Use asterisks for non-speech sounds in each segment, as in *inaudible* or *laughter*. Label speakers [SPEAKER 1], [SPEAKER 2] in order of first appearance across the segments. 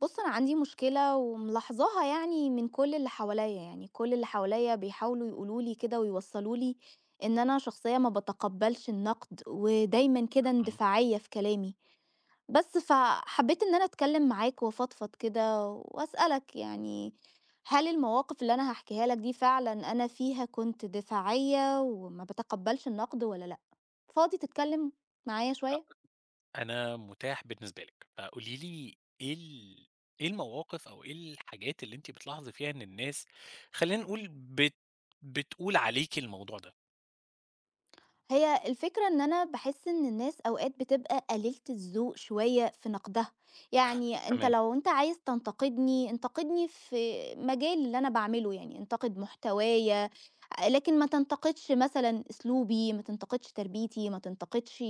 [SPEAKER 1] بُص، أنا عندي مشكلة وملاحظاها يعني من كل اللي حواليّا، يعني كل اللي حواليّا بيحاولوا يقولوا لي كده ويوصّلوا لي إن أنا شخصية ما باتقبّلش النقد ودايمًا كده
[SPEAKER 2] مم.
[SPEAKER 1] اندفاعية في كلامي. بس فحبّيت إن أنا أتكلّم معاك وأفضفض كده وأسألك يعني هل المواقف اللي أنا هاحكيها لك دي فعلًا أنا فيها كنت دفاعية وما باتقبّلش النقد والّا لأ؟ فاضي تتكلّم معايا
[SPEAKER 2] آه،
[SPEAKER 1] شوية؟
[SPEAKER 2] لأ، أنا متاح بالنسبة لِك، فقولي لي إيه المواقف أو إيه الحاجات اللي أنتِ بتلاحظي فيها إن الناس، خلّينا نقول بتقول عليكِ الموضوع ده.
[SPEAKER 1] هي الفكرة إن أنا باحس إن الناس أوقات بتبقى قليلة الذوق شوية في نقدها، يعني أنت
[SPEAKER 2] تمام،
[SPEAKER 1] لو أنت عايز تنتقدني، انتقدني في مجالي اللي أنا باعمله، يعني انتقد محتوايا، لكن ما تنتقدش مثلًا أسلوبي، ما تنتقدش تربيتي، ما تنتقدش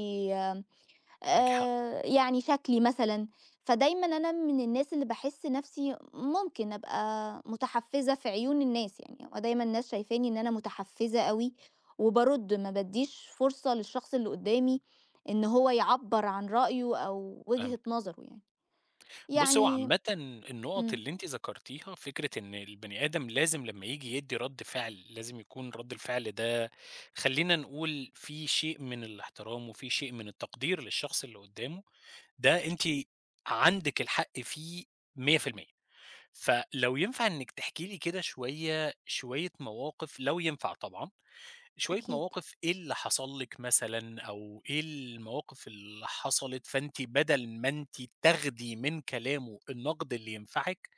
[SPEAKER 2] معاكِ حق،
[SPEAKER 1] يعني شكلي مثلًا، فدايمًا أنا من الناس اللي باحس نَفْسي ممكن أبقى متحفّزة في عيون الناس يعني، هو دايمًا الناس شايفاني إن أنا متحفّزة أوي، وبارُدّ ما بادّيش فرصة للشخص اللي قُدّامي إن هو يعبّر عن رأيه أو وجهة
[SPEAKER 2] فاهمِك.
[SPEAKER 1] نظره يعني،
[SPEAKER 2] بُصّي، هو
[SPEAKER 1] يعني
[SPEAKER 2] عامةً النُقط
[SPEAKER 1] إمم،
[SPEAKER 2] اللي أنتِ ذكرتيها فكرة إن البني آدم لازم لمّا ييجي يدّي رَد فعل، لازم يكون رَد الفعل ده خلّينا نقول فيه شيء من الاحترام وفيه شيء من التقدير للشخص اللي قدّامه، ده أنتِ عندِك الحق فيه 100%. فلو ينفع إنِّك تحكي لي كده شوية شوية مواقف لو ينفع طبعًا، شوية
[SPEAKER 1] أكيد.
[SPEAKER 2] مواقف إيه اللي حصل لِك مثلًا أو إيه المواقف اللي حصلت، فأنتِ بدل ما أنتِ تاخدي من كلامه النقد اللي ينفعِك،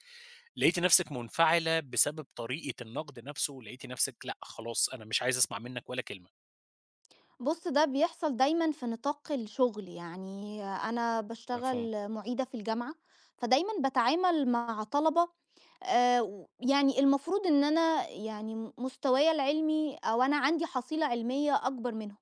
[SPEAKER 2] لقيتِ نفسِك منفعلة بسبب طريقة النقد نفسه، ولقيتِ نفسِك لأ خلاص أنا مش عايز أسمع منك ولا كلمة.
[SPEAKER 1] بُص، ده بيحصل دايمًا في نطاق الشغل، يعني أنا
[SPEAKER 2] مفهوم.
[SPEAKER 1] باشتغل مُعيدة في الجامعة، فدايمًا باتعامل مع طلبة و يعني المفروض إن أنا يعني مستوايا العلمي أو أنا عندي حصيلة علمية أكبر منهم.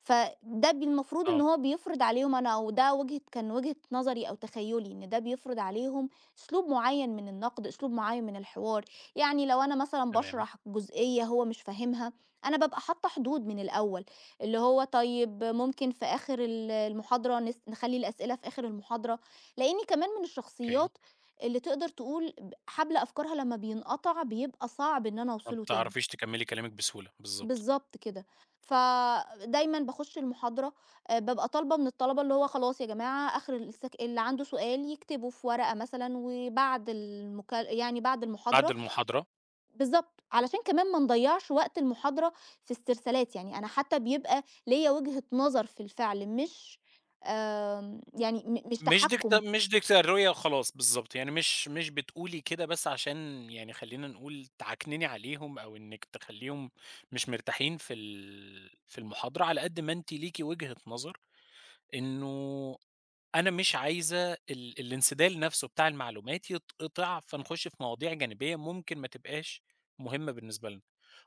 [SPEAKER 1] فده المفروض إن
[SPEAKER 2] آه،
[SPEAKER 1] هو بيفرض عليهم أنا أو ده كان وجهة نظري أو تخيلي إن ده بيفرض عليهم أسلوب معين من النقد، أسلوب معين من الحوار، يعني لو أنا مثلًا
[SPEAKER 2] تمام،
[SPEAKER 1] باشرح جزئية هو مش فاهمها، أنا بابقى حاطة حدود من الأول، اللي هو طيب ممكن في آخر المحاضرة نخلّي الأسئلة في آخر المحاضرة، لإني كمان من
[SPEAKER 2] أوكي.
[SPEAKER 1] الشخصيات اللي تقدر تقول حبل أفكارها لمّا بينقطع بيبقى صعب إن أنا
[SPEAKER 2] ما
[SPEAKER 1] أوصله تاني.
[SPEAKER 2] بتعرفيش تكمّلي كلامِك بسهولة، بالضبط.
[SPEAKER 1] بالضبط كده. فدايمًا باخُش المحاضرة بابقى طالبة من الطلبة اللي هو خلاص يا جماعة آخر اللي عنده سؤال يكتبه في ورقة مثلًا وبعد المك يعني بعد
[SPEAKER 2] بعد
[SPEAKER 1] المحاضرة
[SPEAKER 2] المحاضرة
[SPEAKER 1] بالضبط، علشان كمان ما نضيّعش وقت المحاضرة في استرسالات، يعني أنا حتى بيبقى ليّا وجهة نظر في الفعل مش آمم يعني م مش تحكُّم.
[SPEAKER 2] مش ديكتاتورية وخلاص، بالضبط، يعني مش بتقولي كده بس عشان يعني خلّينا نقول تعكنني عليهم أو إنِّك تخلّيهم مش مرتاحين في المحاضرة، على قد ما أنتِ ليكِ وجهة نظر إنه أنا مش عايزة الانسدال نَفْسه بتاع المعلومات يتقطع، فنخُش في مواضيع جانبية ممكن ما تبقاش مهمة بالنسبة لنا،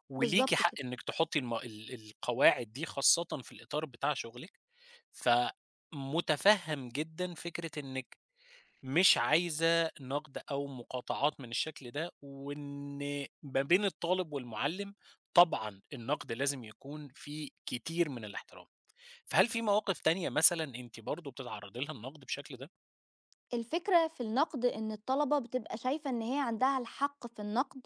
[SPEAKER 2] وليكِ
[SPEAKER 1] بالضبط
[SPEAKER 2] حق
[SPEAKER 1] كده.
[SPEAKER 2] إنِّك تحُطّي الم ال القواعد دي خاصةً في الإطار بتاع شُغلِك، فمُتفهِّم جدًا فكرة إنِّك مش عايزة نقد أو مقاطعات من الشكل ده، وإن ما بين الطالب والمعلم طبعًا النقد لازم يكون فيه كتير من الاحترام. فهل في مواقف تانية مثلًا أنتِ برضه بتتعرضي لها النقد بالشكل ده؟
[SPEAKER 1] الفكرة في النقد إن الطلبة بتبقى شايفة إن هي عندها الحق في النقد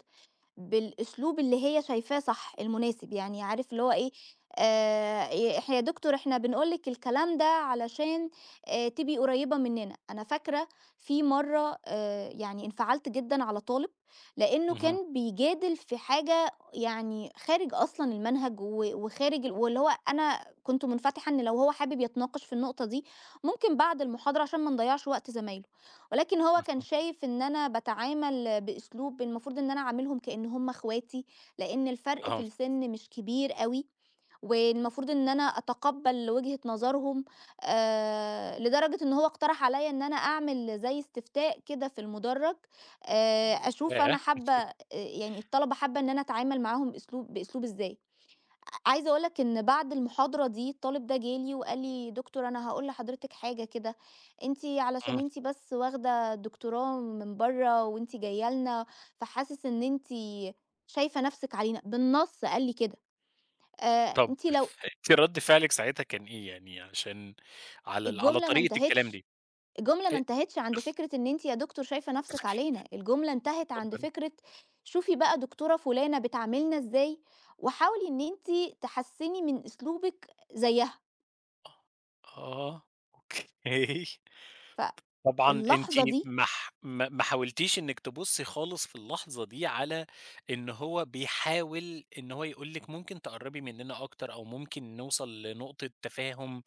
[SPEAKER 1] بالأسلوب اللي هي شايفاه صح، المناسب، يعني عارف اللي هو إيه، ي إح يا دكتور إحنا بنقول لِك الكلام ده علشان تبقي قريّبة مننا. أنا فاكرة في مرّة يعني انفعلت جدًا على طالب، لإنه
[SPEAKER 2] اهم،
[SPEAKER 1] كان بيجادل في حاجة يعني خارج أصلًا المنهج وخارج واللي هو أنا كنت منفتحة إن لو هو حابب يتناقش في النقطة دي، ممكن بعد المحاضرة عشان ما نضيّعش وقت زمايله. ولكن هو كان
[SPEAKER 2] مفهوم.
[SPEAKER 1] شايف إن أنا باتعامل بأسلوب المفروض إن أنا أعاملهم كأن هم اخواتي، لإن الفرق في
[SPEAKER 2] آه،
[SPEAKER 1] السن مش كبير أوي، والمفروض إن أنا أتقبّل وجهة نظرهم، لدرجة إن هو اقترح عليّا إن أنا أعمل زي استفتاء كده في المُدرّج، أشوف أنا
[SPEAKER 2] ياه!
[SPEAKER 1] حابة يعني الطلبة حابة إن أنا أتعامل معاهم بأسلوب إزاي. عايزة أقول لك إن بعد المحاضرة دي الطالب ده جه لي وقال لي: "دكتور أنا هاقول لحضرتك حاجة كده، أنتِ علشان
[SPEAKER 2] إمم،
[SPEAKER 1] أنتِ بس واخدة دكتوراه من برّه وأنتِ جاية لنا، فحاسس إن أنتِ شايفة نَفْسِك علينا." بالنَص قال لي كده.
[SPEAKER 2] طب
[SPEAKER 1] أنتِ لو
[SPEAKER 2] أنتِ رد فعلِك ساعتها كان إيه، يعني عشان على
[SPEAKER 1] الجملة ما
[SPEAKER 2] طريقة الكلام
[SPEAKER 1] انتهتش،
[SPEAKER 2] دي؟
[SPEAKER 1] الجملة
[SPEAKER 2] أ
[SPEAKER 1] ما انتهتش عند فكرة إن أنتِ يا دكتور شايفة نَفْسِك علينا، الجملة انتهت عند
[SPEAKER 2] اتفضلي.
[SPEAKER 1] فكرة شوفي بقى دكتورة فُلانة بتعاملنا إزاي، وحاولي إن أنتِ تحسّني من أسلوبِك زيّها.
[SPEAKER 2] آه، آه، أوكي. *laughs* طبعًا أنتِ
[SPEAKER 1] فاللحظة دي
[SPEAKER 2] ما ح ما ما حاولتيش إنِّك تبُصّي خالص في اللحظة دي على إن هو بيحاول إن هو يقول لِك ممكن تقرّبي مننا أكتر أو ممكن نوصل لنقطة تفاهم،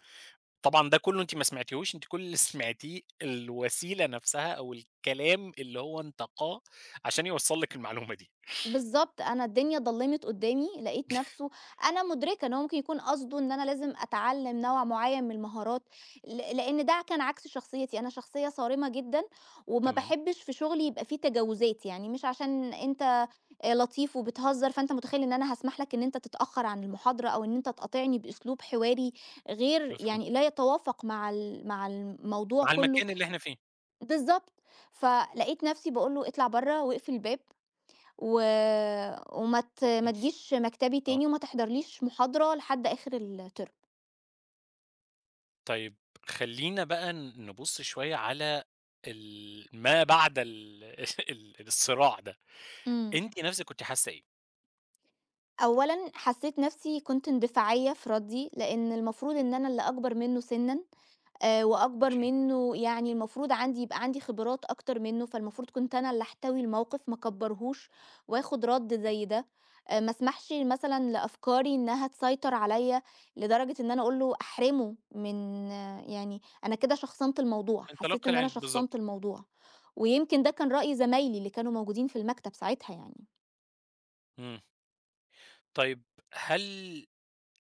[SPEAKER 2] طبعًا ده كُلّه أنتِ ما سمعتيهوش، أنتِ كل اللي *laughs* سمعتيه الوسيلة نفسها أو الكلام اللي هو انتقاه عشان يوصّل لِك المعلومة دي.
[SPEAKER 1] بالضبط، أنا الدنيا ضلّمت قدّامي، لقيت نَفْسه أنا مُدركة إن هو ممكن يكون قصده إن أنا لازم أتعلّم نوع معيّن من المهارات، لإن ده كان عكس شخصيتي، أنا شخصية صارمة جدًا وما
[SPEAKER 2] تمام،
[SPEAKER 1] باحبّش في شُغلي يبقى في تجاوزات، يعني مش عشان أنت لطيف وبتهزّر، فأنت مُتخيّل إن أنا هاسمح لك إن أنت تتأخّر عن المحاضرة أو إن أنت تقاطعني بأسلوب حواري غير
[SPEAKER 2] مفهوم.
[SPEAKER 1] يعني لا يتوافق مع الموضوع
[SPEAKER 2] مع
[SPEAKER 1] كُلّه
[SPEAKER 2] المكان اللي إحنا فيه.
[SPEAKER 1] بالضبط، فلقيت نَفْسي باقول له: "اطلع برّه واقفل الباب." و وما ت
[SPEAKER 2] إمم،
[SPEAKER 1] ما تجيش مكتبي
[SPEAKER 2] آه.
[SPEAKER 1] تاني وما تحضرليش محاضرة لحد آخر الترم.
[SPEAKER 2] طيب خلّينا بقى نبُص شوية على ما بعد ال *laughs* الصراع ده.
[SPEAKER 1] إمم.
[SPEAKER 2] أنتِ نفسِك كنتِ حاسة إيه؟
[SPEAKER 1] أولًا حسيت نفسي كنت اندفاعية في ردي، لإن المفروض إن أنا اللي أكبر منه سنًا. وأكبر
[SPEAKER 2] ماشي،
[SPEAKER 1] منّه، يعني المفروض يبقى عندي خبرات أكتر منّه، فالمفروض كنت أنا اللي أحتوي الموقف، ما أكبّرهوش وآخُد رَد
[SPEAKER 2] ماشي.
[SPEAKER 1] زي ده. ما أسمحش مثلًا لأفكاري إنّها تسيطر عليّا لدرجة إن أنا أقول له أحرمه من آه، يعني أنا كده شخصنت الموضوع،
[SPEAKER 2] من
[SPEAKER 1] حسّيت
[SPEAKER 2] تلقّى
[SPEAKER 1] إن أنا
[SPEAKER 2] العلم،
[SPEAKER 1] شخصنت
[SPEAKER 2] بالضبط.
[SPEAKER 1] الموضوع. ويمكن ده كان رأي زمايلي اللي كانوا موجودين في المكتب ساعتها يعني.
[SPEAKER 2] إمم. طيب هل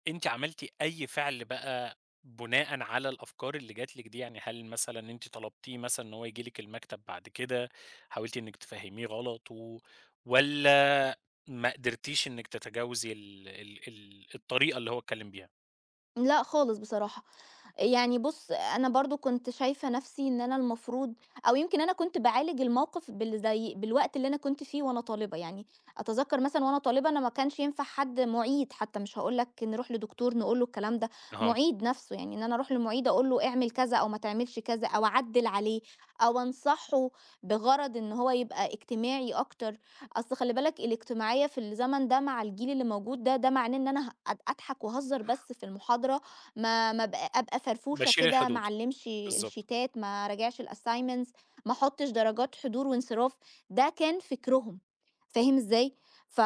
[SPEAKER 2] أنتِ عملتِ أي فعل بقى بناءً على الأفكار اللي جات لِك دي؟ يعني هل مثلًا أنتِ طلبتيه مثلًا إن هو ييجي لِك المكتب بعد كده، حاولتِ إنِّك تفهّميه غلطه والّا ما قدرتيش إنِّك تتجاوزي ال ال ال الطريقة اللي هو اتكلّم بيها؟
[SPEAKER 1] لأ خالص بصراحة. يعني بُص، أنا برضه كنت شايفة نَفْسي إن أنا المفروض أو يمكن أنا كنت باعالج الموقِف زي بالوقت اللي أنا كنت فيه وأنا طالبة، يعني أتذكّر مثلًا وأنا طالبة أنا ما كانش ينفع حد مُعيد حتّى مش هاقول لك نروح لدكتور نقول له الكلام ده،
[SPEAKER 2] أها.
[SPEAKER 1] مُعيد نَفْسه، يعني إن أنا أروح لمُعيد أقول له اعمل كذا أو ما تعملش كذا أو أعدِّل عليه أو أنصحه بغرض إن هو يبقى اجتماعي أكتر، أصل خلّي بالك الاجتماعية في الزمن ده مع الجيل اللي موجود ده، ده معناه إن أنا ه أض أضحك وأهزّر بس في المحاضرة ما أبقى فرفوشة
[SPEAKER 2] باشيل
[SPEAKER 1] كده، ما
[SPEAKER 2] الحدود.
[SPEAKER 1] اعلّمش
[SPEAKER 2] بالضبط.
[SPEAKER 1] الشيتات، ما اراجعش الassignments، ما احطش درجات حضور وانصراف، ده كان فكرهم، فاهم إزاي؟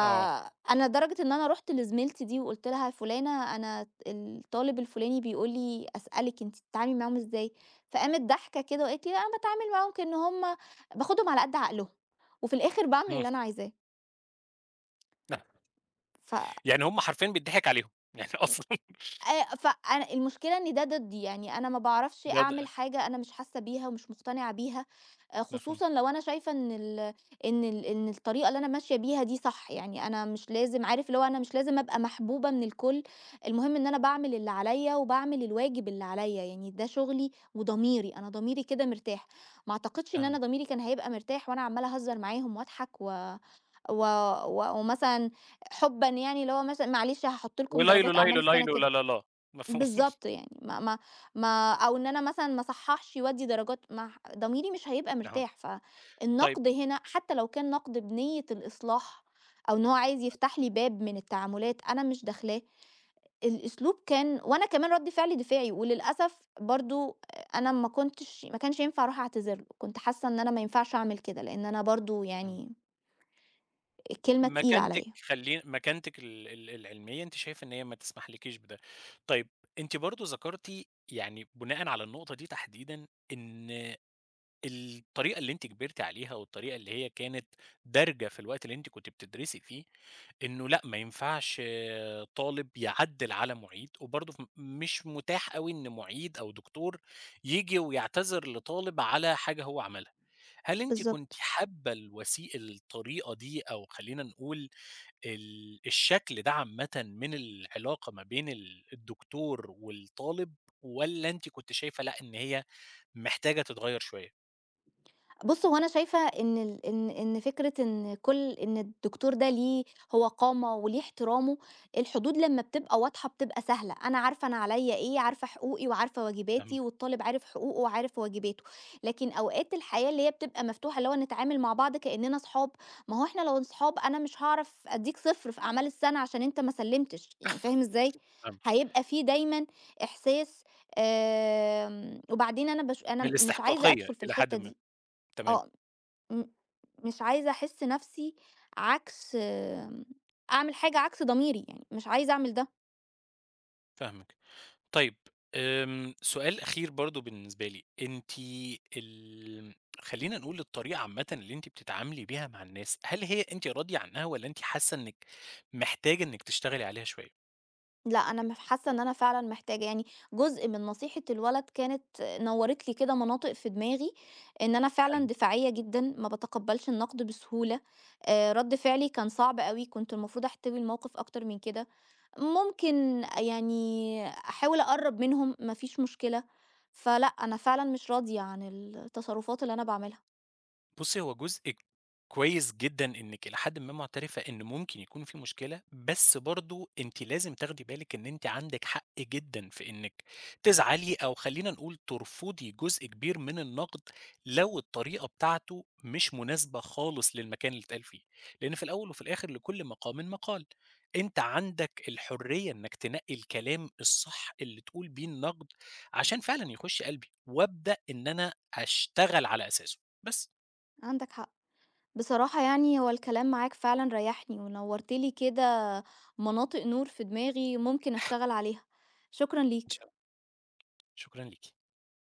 [SPEAKER 2] آه.
[SPEAKER 1] لدرجة إن أنا رُحت لزميلتي دي وقُلت لها: يا "فُلانة أنا الطالب الفُلاني بيقول لي أسألِك أنتِ بتتعاملي معاهم إزاي؟" فقامت ضاحكة كده وقالت لي: "لأ أنا باتعامل معاهم كإن هم باخدهم على قد عقلهم، وفي الآخر باعمل
[SPEAKER 2] إمم.
[SPEAKER 1] اللي أنا عايزاه."
[SPEAKER 2] *laughs*
[SPEAKER 1] ف
[SPEAKER 2] يعني هم حرفيًا بيتضحك عليهم. يعني أصلًا *laughs*
[SPEAKER 1] فأنا المشكلة إن ده ضدّي، يعني أنا ما باعرفش
[SPEAKER 2] ده ده
[SPEAKER 1] أعمل حاجة أنا مش حاسة بيها ومش مقتنعة بيها،
[SPEAKER 2] مفهوم.
[SPEAKER 1] خصوصًا لو أنا شايفة إن الطريقة اللي أنا ماشية بيها دي صح، يعني أنا مش لازم عارف اللي هو أنا مش لازم أبقى محبوبة من الكل، المهم إن أنا باعمل اللي عليَّ وباعمل الواجب اللي عليَّ، يعني ده شغلي وضميري، أنا ضميري كده مرتاح، ما أعتقدش إن أنا
[SPEAKER 2] فاهمِك.
[SPEAKER 1] ضميري كان هيبقى مرتاح وأنا عمّالة أهزر معاهم واضحك و و و ومثلًا حُبًا يعني اللي هو مثلًا معلش هاحط لكم
[SPEAKER 2] وليلو،
[SPEAKER 1] درجات أعمال
[SPEAKER 2] ليلو،
[SPEAKER 1] السنة
[SPEAKER 2] ليلو، لا،
[SPEAKER 1] كده.
[SPEAKER 2] لا، لا، *laughs* مفهوم،
[SPEAKER 1] بالضبط يعني ما ما ما أو إن أنا مثلًا ما اصحّحش وأدّي درجات ما ح ضميري مش هيبقى
[SPEAKER 2] آه،
[SPEAKER 1] مرتاح،
[SPEAKER 2] طيب
[SPEAKER 1] فالنقد هنا حتى لو كان نقد بنية الإصلاح أو إن هو عايز يفتح لي باب من التعاملات أنا مش داخلاه، الأسلوب كان وأنا كمان رَد فعلي دفاعي وللأسف برضه أنا ما كنتش ما كانش ينفع أروح أعتذر له، كنت حاسة إن أنا ما ينفعش أعمل كده، لإن أنا برضه
[SPEAKER 2] إمم،
[SPEAKER 1] يعني الكلمة تقيلة عليّا.
[SPEAKER 2] خلّي مكانتِك ال ال العلمية أنتِ شايفة إن هي ما تسمحلكيش بده، طيب أنتِ برضه ذكرتِ يعني بناءً على النقطة دي تحديدًا إن الطريقة اللي أنتِ كبرتِ عليها والطريقة اللي هي كانت دارجة في الوقت اللي أنتِ كنتِ بتدرسي فيه، إنه لأ ما ينفعش آه، طالب يعدِّل على معيد، وبرضه مش متاح أوي إن معيد أو دكتور ييجي ويعتذر لطالب على حاجة هو عملها. هل أنتِ كنتِ
[SPEAKER 1] بالضبط.
[SPEAKER 2] حابة الطريقة دي أو خلّينا نقول الشكل ده عامةً من العلاقة ما بين الدكتور والطالب والّا أنتِ كنتِ شايفة لأ إن هي محتاجة تتغيّر شوية؟
[SPEAKER 1] بُص، هو أنا شايفة إن ال إن إن فكرة إن كل إن الدكتور ده ليه هو قامة وليه احترامه، الحدود لمّا بتبقى واضحة بتبقى سهلة، أنا عارفة أنا عليّا إيه، عارفة حقوقي وعارفة واجباتي، والطالب عارف حقوقه وعارف واجباته، لكن أوقات الحياة اللي هي بتبقى مفتوحة اللي هو نتعامل مع بعض كإننا صحاب، ما هو إحنا لو صحاب أنا مش هاعرف أدّيك صفر في أعمال السنة عشان أنت ما سلّمتش، يعني فاهم إزاي؟
[SPEAKER 2] فاهمِك،
[SPEAKER 1] هيبقى في دايمًا إحساس وبعدين أنا باش
[SPEAKER 2] من
[SPEAKER 1] أنا مش عايزة
[SPEAKER 2] الاستحقاقية
[SPEAKER 1] أدخل في
[SPEAKER 2] إلى حدٍ
[SPEAKER 1] الحتة
[SPEAKER 2] ما،
[SPEAKER 1] دي،
[SPEAKER 2] تمام،
[SPEAKER 1] آه. م مش عايزة أحس نَفْسي عكس أعمل حاجة عكس ضميري يعني، مش عايزة أعمل ده،
[SPEAKER 2] فاهمِك. طيب سؤال أخير برضه بالنسبة لي، أنتِ ال خلّينا نقول الطريقة عامةً اللي أنتِ بتتعاملي بيها مع الناس، هل هي أنتِ راضية عنها والّا أنتِ حاسة إنِّك محتاجة إنِّك تشتغلي عليها شوية؟
[SPEAKER 1] لأ أنا حاسة إن أنا فعلًا محتاجة، يعني جزء من نصيحة الولد كانت نوّرت لي كده مناطق في دماغي، إن أنا فعلًا
[SPEAKER 2] حلو.
[SPEAKER 1] دفاعية جدًا، ما باتقبّلش النقد بسهولة، رَد فعلي كان صعب أوي، كنت المفروض أحتوي الموقف أكتر من كده، ممكن يعني أحاول أقرّب منهم ما فيش مشكلة، فلأ أنا فعلًا مش راضية عن التصرفات اللي أنا باعملها،
[SPEAKER 2] بُصّي، هو جزء كويس جدًا إنِّك إلى حدٍ ما مُعترفة إن ممكن يكون في مشكلة، بس برضه أنتِ لازم تاخدي بالِك إن أنتِ عندِك حق جدًا في إنِّك تزعلي أو خلّينا نقول ترفضي جزء كبير من النقد لو الطريقة بتاعته مش مناسبة خالص للمكان اللي اتقال فيه، لإن في الأول وفي الآخر لكل مقام مقال، أنت عندك الحرية إنّك تنقّي الكلام الصح اللي تقول بيه النقد عشان فعلًا يخُش قلبي وابدأ إن أنا أشتغل على أساسه، بس.
[SPEAKER 1] عندك حق. بصراحة يعني هو الكلام معاك فعلا ريحني ونورتلي كده مناطق نور في دماغي ممكن أشتغل عليها شكرا
[SPEAKER 2] إن شاء
[SPEAKER 1] ليك.
[SPEAKER 2] الله، شكرًا ليكِ.